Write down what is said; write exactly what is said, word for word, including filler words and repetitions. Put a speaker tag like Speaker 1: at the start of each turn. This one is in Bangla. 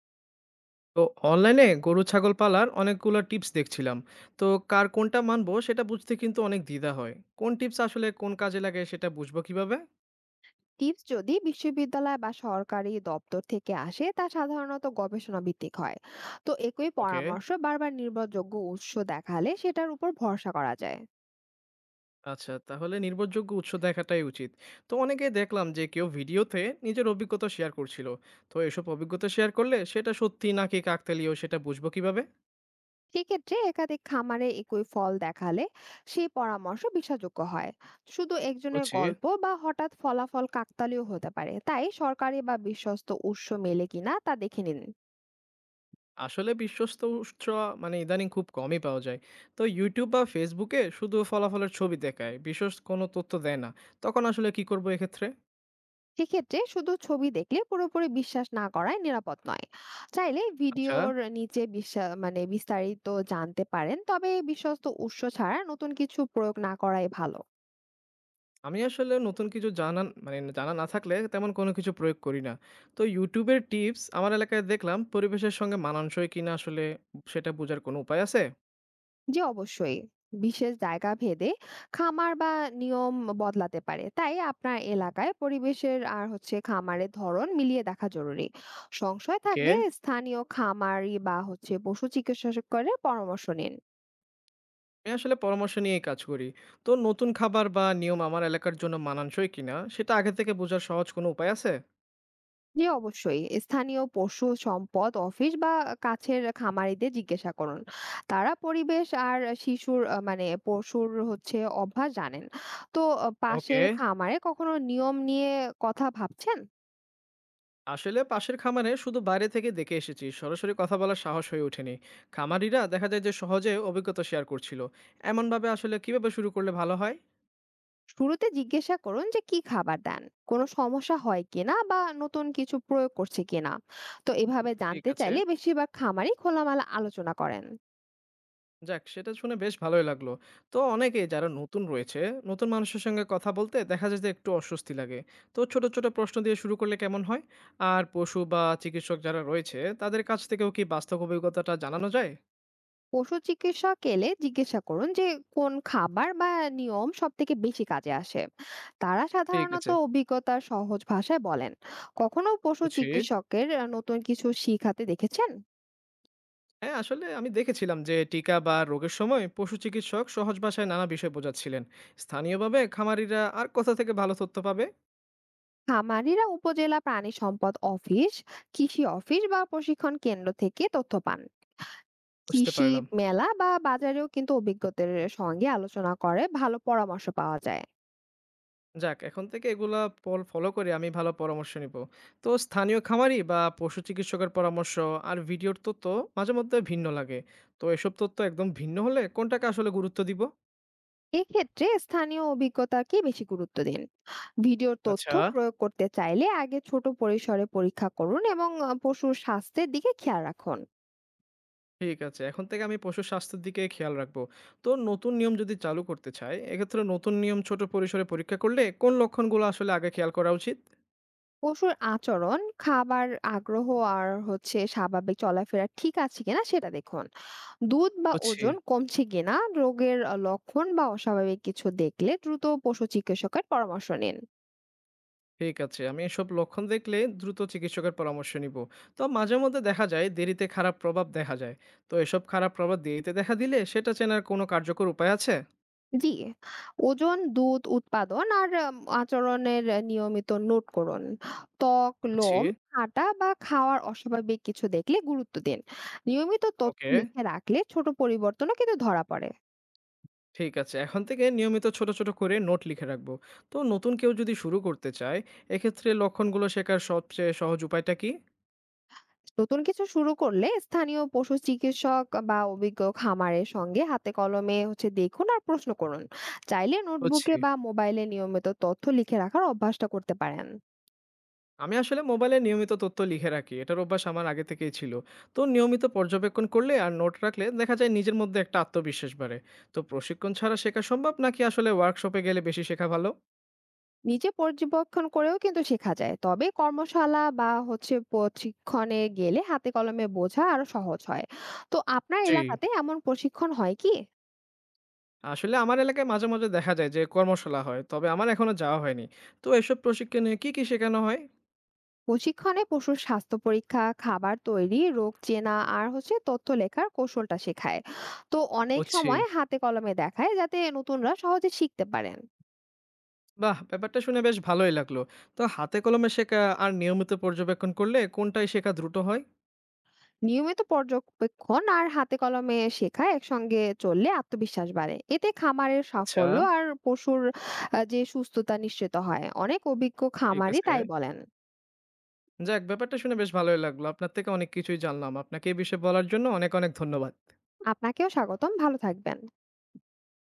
Speaker 1: তো অনলাইনে গরু ছাগল পালার অনেকগুলো টিপস দেখছিলাম। তো কার কোনটা মানবো সেটা বুঝতে কিন্তু অনেক দ্বিধা হয়। কোন টিপস আসলে কোন কাজে লাগে সেটা বুঝবো কিভাবে?
Speaker 2: টিপস যদি বিশ্ববিদ্যালয় বা সরকারি দপ্তর থেকে আসে তা সাধারণত গবেষণা ভিত্তিক হয়। তো একই
Speaker 1: ওকে,
Speaker 2: পরামর্শ বারবার নির্ভরযোগ্য উৎস দেখালে সেটার উপর ভরসা করা যায়।
Speaker 1: আচ্ছা, তাহলে নির্ভরযোগ্য উৎস দেখাটাই উচিত। তো অনেকে দেখলাম যে কেউ ভিডিওতে নিজের অভিজ্ঞতা শেয়ার করছিল। তো এসব অভিজ্ঞতা শেয়ার করলে সেটা সত্যি নাকি কাকতালীয় সেটা বুঝবো কিভাবে?
Speaker 2: সেক্ষেত্রে একাধিক খামারে একই ফল দেখালে সেই পরামর্শ বিশ্বাসযোগ্য হয়। শুধু একজনের
Speaker 1: বুঝছি।
Speaker 2: গল্প বা হঠাৎ ফলাফল কাকতালীয় হতে পারে, তাই সরকারি বা বিশ্বস্ত উৎস মেলে কিনা তা দেখে নিন।
Speaker 1: আসলে বিশ্বস্ত উৎস মানে ইদানিং খুব কমই পাওয়া যায়। তো ইউটিউব বা ফেসবুকে শুধু ফলাফলের ছবি দেখায়, বিশেষ কোনো তথ্য দেয় না। তখন আসলে কি করব এক্ষেত্রে?
Speaker 2: সেক্ষেত্রে শুধু ছবি দেখলে পুরোপুরি বিশ্বাস না করাই নিরাপদ নয়। চাইলে
Speaker 1: আচ্ছা,
Speaker 2: ভিডিওর নিচে বিশ্বা- মানে বিস্তারিত জানতে পারেন, তবে বিশ্বস্ত উৎস ছাড়া নতুন কিছু প্রয়োগ না করাই ভালো।
Speaker 1: আমি আসলে নতুন কিছু জানা মানে জানা না থাকলে তেমন কোনো কিছু প্রয়োগ করি না। তো ইউটিউবের টিপস আমার এলাকায় দেখলাম পরিবেশের সঙ্গে মানানসই কিনা আসলে সেটা বোঝার কোনো উপায় আছে?
Speaker 2: যে অবশ্যই, বিশেষ জায়গা ভেদে খামার বা নিয়ম বদলাতে পারে, তাই আপনার এলাকায় পরিবেশের আর হচ্ছে খামারের ধরন মিলিয়ে দেখা জরুরি। সংশয়
Speaker 1: ওকে,
Speaker 2: থাকলে স্থানীয় খামারি বা হচ্ছে পশু চিকিৎসকের পরামর্শ নিন।
Speaker 1: আমি আসলে পরামর্শ নিয়েই কাজ করি। তো নতুন খাবার বা নিয়ম আমার এলাকার জন্য মানানসই কিনা সেটা আগে থেকে বোঝার সহজ কোনো উপায় আছে?
Speaker 2: জি অবশ্যই। স্থানীয় পশু সম্পদ অফিস বা কাছের খামারিদের জিজ্ঞাসা করুন। তারা পরিবেশ আর শিশুর আ মানে পশুর হচ্ছে অভ্যাস জানেন। তো আ
Speaker 1: ওকে,
Speaker 2: পাশের খামারে কখনো নিয়ম নিয়ে কথা ভাবছেন?
Speaker 1: আসলে পাশের খামারে শুধু বাইরে থেকে দেখে এসেছি, সরাসরি কথা বলার সাহস হয়ে ওঠেনি। খামারিরা দেখা যায় যে সহজে অভিজ্ঞতা শেয়ার করছিল। এমনভাবে আসলে কিভাবে শুরু করলে ভালো হয়?
Speaker 2: শুরুতে জিজ্ঞাসা করুন যে কি খাবার দেন? কোনো সমস্যা হয় কিনা বা নতুন কিছু প্রয়োগ করছে কিনা? তো এভাবে
Speaker 1: ঠিক
Speaker 2: জানতে
Speaker 1: আছে।
Speaker 2: চাইলে বেশিরভাগ খামারই খোলামেলা আলোচনা করেন।
Speaker 1: যাক, সেটা শুনে বেশ ভালোই লাগলো। তো অনেকেই যারা নতুন রয়েছে, নতুন মানুষের সঙ্গে কথা বলতে দেখা যায় যে একটু অস্বস্তি লাগে। তো ছোট ছোট প্রশ্ন দিয়ে শুরু করলে কেমন হয়? আর পশু বা চিকিৎসক যারা রয়েছে তাদের কাছ থেকেও কি বাস্তব অভিজ্ঞতাটা জানানো যায়?
Speaker 2: পশু চিকিৎসক এলে জিজ্ঞাসা করুন যে কোন খাবার বা নিয়ম সব থেকে বেশি কাজে আসে। তারা
Speaker 1: ঠিক
Speaker 2: সাধারণত
Speaker 1: আছে।
Speaker 2: অভিজ্ঞতার সহজ ভাষায় বলেন। কখনো পশু
Speaker 1: বুঝি।
Speaker 2: চিকিৎসকের আহ, নতুন কিছু শিখাতে দেখেছেন?
Speaker 1: হ্যাঁ, আসলে আমি দেখেছিলাম যে টিকা বা রোগের সময় পশু চিকিৎসক সহজ ভাষায় নানা বিষয় বোঝাচ্ছিলেন। স্থানীয়ভাবে খামারিরা আর কোথা থেকে ভালো তথ্য পাবে?
Speaker 2: খামারিরা উপজেলা প্রাণী সম্পদ অফিস, কৃষি অফিস বা প্রশিক্ষণ কেন্দ্র থেকে তথ্য পান।
Speaker 1: বুঝতে
Speaker 2: কৃষি
Speaker 1: পারলাম।
Speaker 2: মেলা বা বাজারেও কিন্তু অভিজ্ঞতার সঙ্গে আলোচনা করে ভালো পরামর্শ পাওয়া যায়।
Speaker 1: যাক, এখন থেকে এগুলা পল ফলো করে আমি ভালো পরামর্শ নিব। তো স্থানীয় খামারি বা পশু চিকিৎসকের পরামর্শ আর ভিডিওর তথ্য মাঝে মধ্যে ভিন্ন লাগে। তো এসব তথ্য একদম ভিন্ন হলে কোনটাকে আসলে গুরুত্ব দিব?
Speaker 2: এক্ষেত্রে স্থানীয় অভিজ্ঞতাকে বেশি গুরুত্ব দিন। ভিডিওর তথ্য
Speaker 1: আচ্ছা।
Speaker 2: প্রয়োগ করতে চাইলে আগে ছোট পরিসরে পরীক্ষা করুন এবং আহ, পশুর স্বাস্থ্যের দিকে খেয়াল রাখুন।
Speaker 1: ঠিক আছে। এখন থেকে আমি পশুর স্বাস্থ্যের দিকে খেয়াল রাখবো। তো নতুন নিয়ম যদি চালু করতে চাই, এক্ষেত্রে নতুন নিয়ম ছোট পরিসরে পরীক্ষা করলে কোন লক্ষণগুলো আসলে আগে খেয়াল করা উচিত?
Speaker 2: পশুর আচরণ, খাবার, আগ্রহ আর হচ্ছে স্বাভাবিক চলাফেরা ঠিক আছে কিনা সেটা দেখুন। দুধ বা
Speaker 1: বুঝছি।
Speaker 2: ওজন কমছে কিনা, রোগের আহ, লক্ষণ বা অস্বাভাবিক কিছু দেখলে দ্রুত পশু চিকিৎসকের পরামর্শ নিন।
Speaker 1: ঠিক আছে। আমি এসব লক্ষণ দেখলে দ্রুত চিকিৎসকের পরামর্শ নিব। তো মাঝে মধ্যে দেখা যায় দেরিতে খারাপ প্রভাব দেখা যায়। তো এসব খারাপ প্রভাব দেরিতে দেখা দিলে সেটা চেনার কোনো কার্যকর উপায় আছে?
Speaker 2: জি, ওজন, দুধ উৎপাদন আর আম আচরণের নিয়মিত নোট করুন। ত্বক,
Speaker 1: বুঝছি।
Speaker 2: লোম, হাঁটা বা খাওয়ার অস্বাভাবিক কিছু দেখলে গুরুত্ব দিন। নিয়মিত তথ্য
Speaker 1: ওকে,
Speaker 2: লিখে রাখলে ছোট পরিবর্তনও কিন্তু ধরা পড়ে।
Speaker 1: ঠিক আছে। এখন থেকে নিয়মিত ছোট, ছোট করে নোট লিখে রাখবো। তো নতুন কেউ যদি শুরু করতে চায়, এক্ষেত্রে লক্ষণগুলো শেখার সবচেয়ে সহজ উপায়টা কি?
Speaker 2: নতুন কিছু শুরু করলে স্থানীয় পশু চিকিৎসক বা অভিজ্ঞ খামারের সঙ্গে হাতে কলমে হচ্ছে দেখুন আর প্রশ্ন করুন। চাইলে
Speaker 1: বুঝছি।
Speaker 2: নোটবুকে বা মোবাইলে নিয়মিত তথ্য লিখে রাখার অভ্যাসটা করতে পারেন।
Speaker 1: আমি আসলে মোবাইলে নিয়মিত তথ্য লিখে রাখি। এটার অভ্যাস আমার আগে থেকেই ছিল। তো নিয়মিত পর্যবেক্ষণ করলে আর নোট রাখলে দেখা যায় নিজের মধ্যে একটা আত্মবিশ্বাস বাড়ে। তো প্রশিক্ষণ ছাড়া শেখা সম্ভব নাকি আসলে ওয়ার্কশপে গেলে বেশি শেখা ভালো?
Speaker 2: নিজে পর্যবেক্ষণ করেও কিন্তু শেখা যায়, তবে কর্মশালা বা হচ্ছে প্রশিক্ষণে গেলে হাতে কলমে বোঝা আরো সহজ হয়। তো আপনার
Speaker 1: জি।
Speaker 2: এলাকাতে এমন প্রশিক্ষণ হয় কি?
Speaker 1: আসলে আমার এলাকায় মাঝে, মাঝে দেখা যায় যে কর্মশালা হয়। তবে আমার এখনো যাওয়া হয়নি। তো এসব প্রশিক্ষণে কি, কি শেখানো হয়?
Speaker 2: প্রশিক্ষণে পশুর স্বাস্থ্য পরীক্ষা, খাবার তৈরি, রোগ চেনা আর হচ্ছে তথ্য লেখার কৌশলটা শেখায়। তো অনেক
Speaker 1: বুঝছি।
Speaker 2: সময় হাতে কলমে দেখায় যাতে নতুনরা সহজে শিখতে পারেন।
Speaker 1: বাহ! ব্যাপারটা শুনে বেশ ভালোই লাগলো। তো হাতে কলমে শেখা আর নিয়মিত পর্যবেক্ষণ করলে কোনটায় শেখা দ্রুত হয়?
Speaker 2: নিয়মিত পর্যবেক্ষণ আর হাতে কলমে শেখা একসঙ্গে চললে আত্মবিশ্বাস বাড়ে, এতে খামারের
Speaker 1: আচ্ছা।
Speaker 2: সাফল্য আর পশুর আহ, যে সুস্থতা নিশ্চিত হয়। অনেক অভিজ্ঞ
Speaker 1: ঠিক
Speaker 2: খামারি
Speaker 1: আছে।
Speaker 2: তাই বলেন।
Speaker 1: যাক, ব্যাপারটা শুনে বেশ ভালোই লাগলো। আপনার থেকে অনেক কিছুই জানলাম। আপনাকে এই বিষয়ে বলার জন্য অনেক, অনেক ধন্যবাদ।
Speaker 2: আপনাকেও স্বাগতম, ভালো থাকবেন।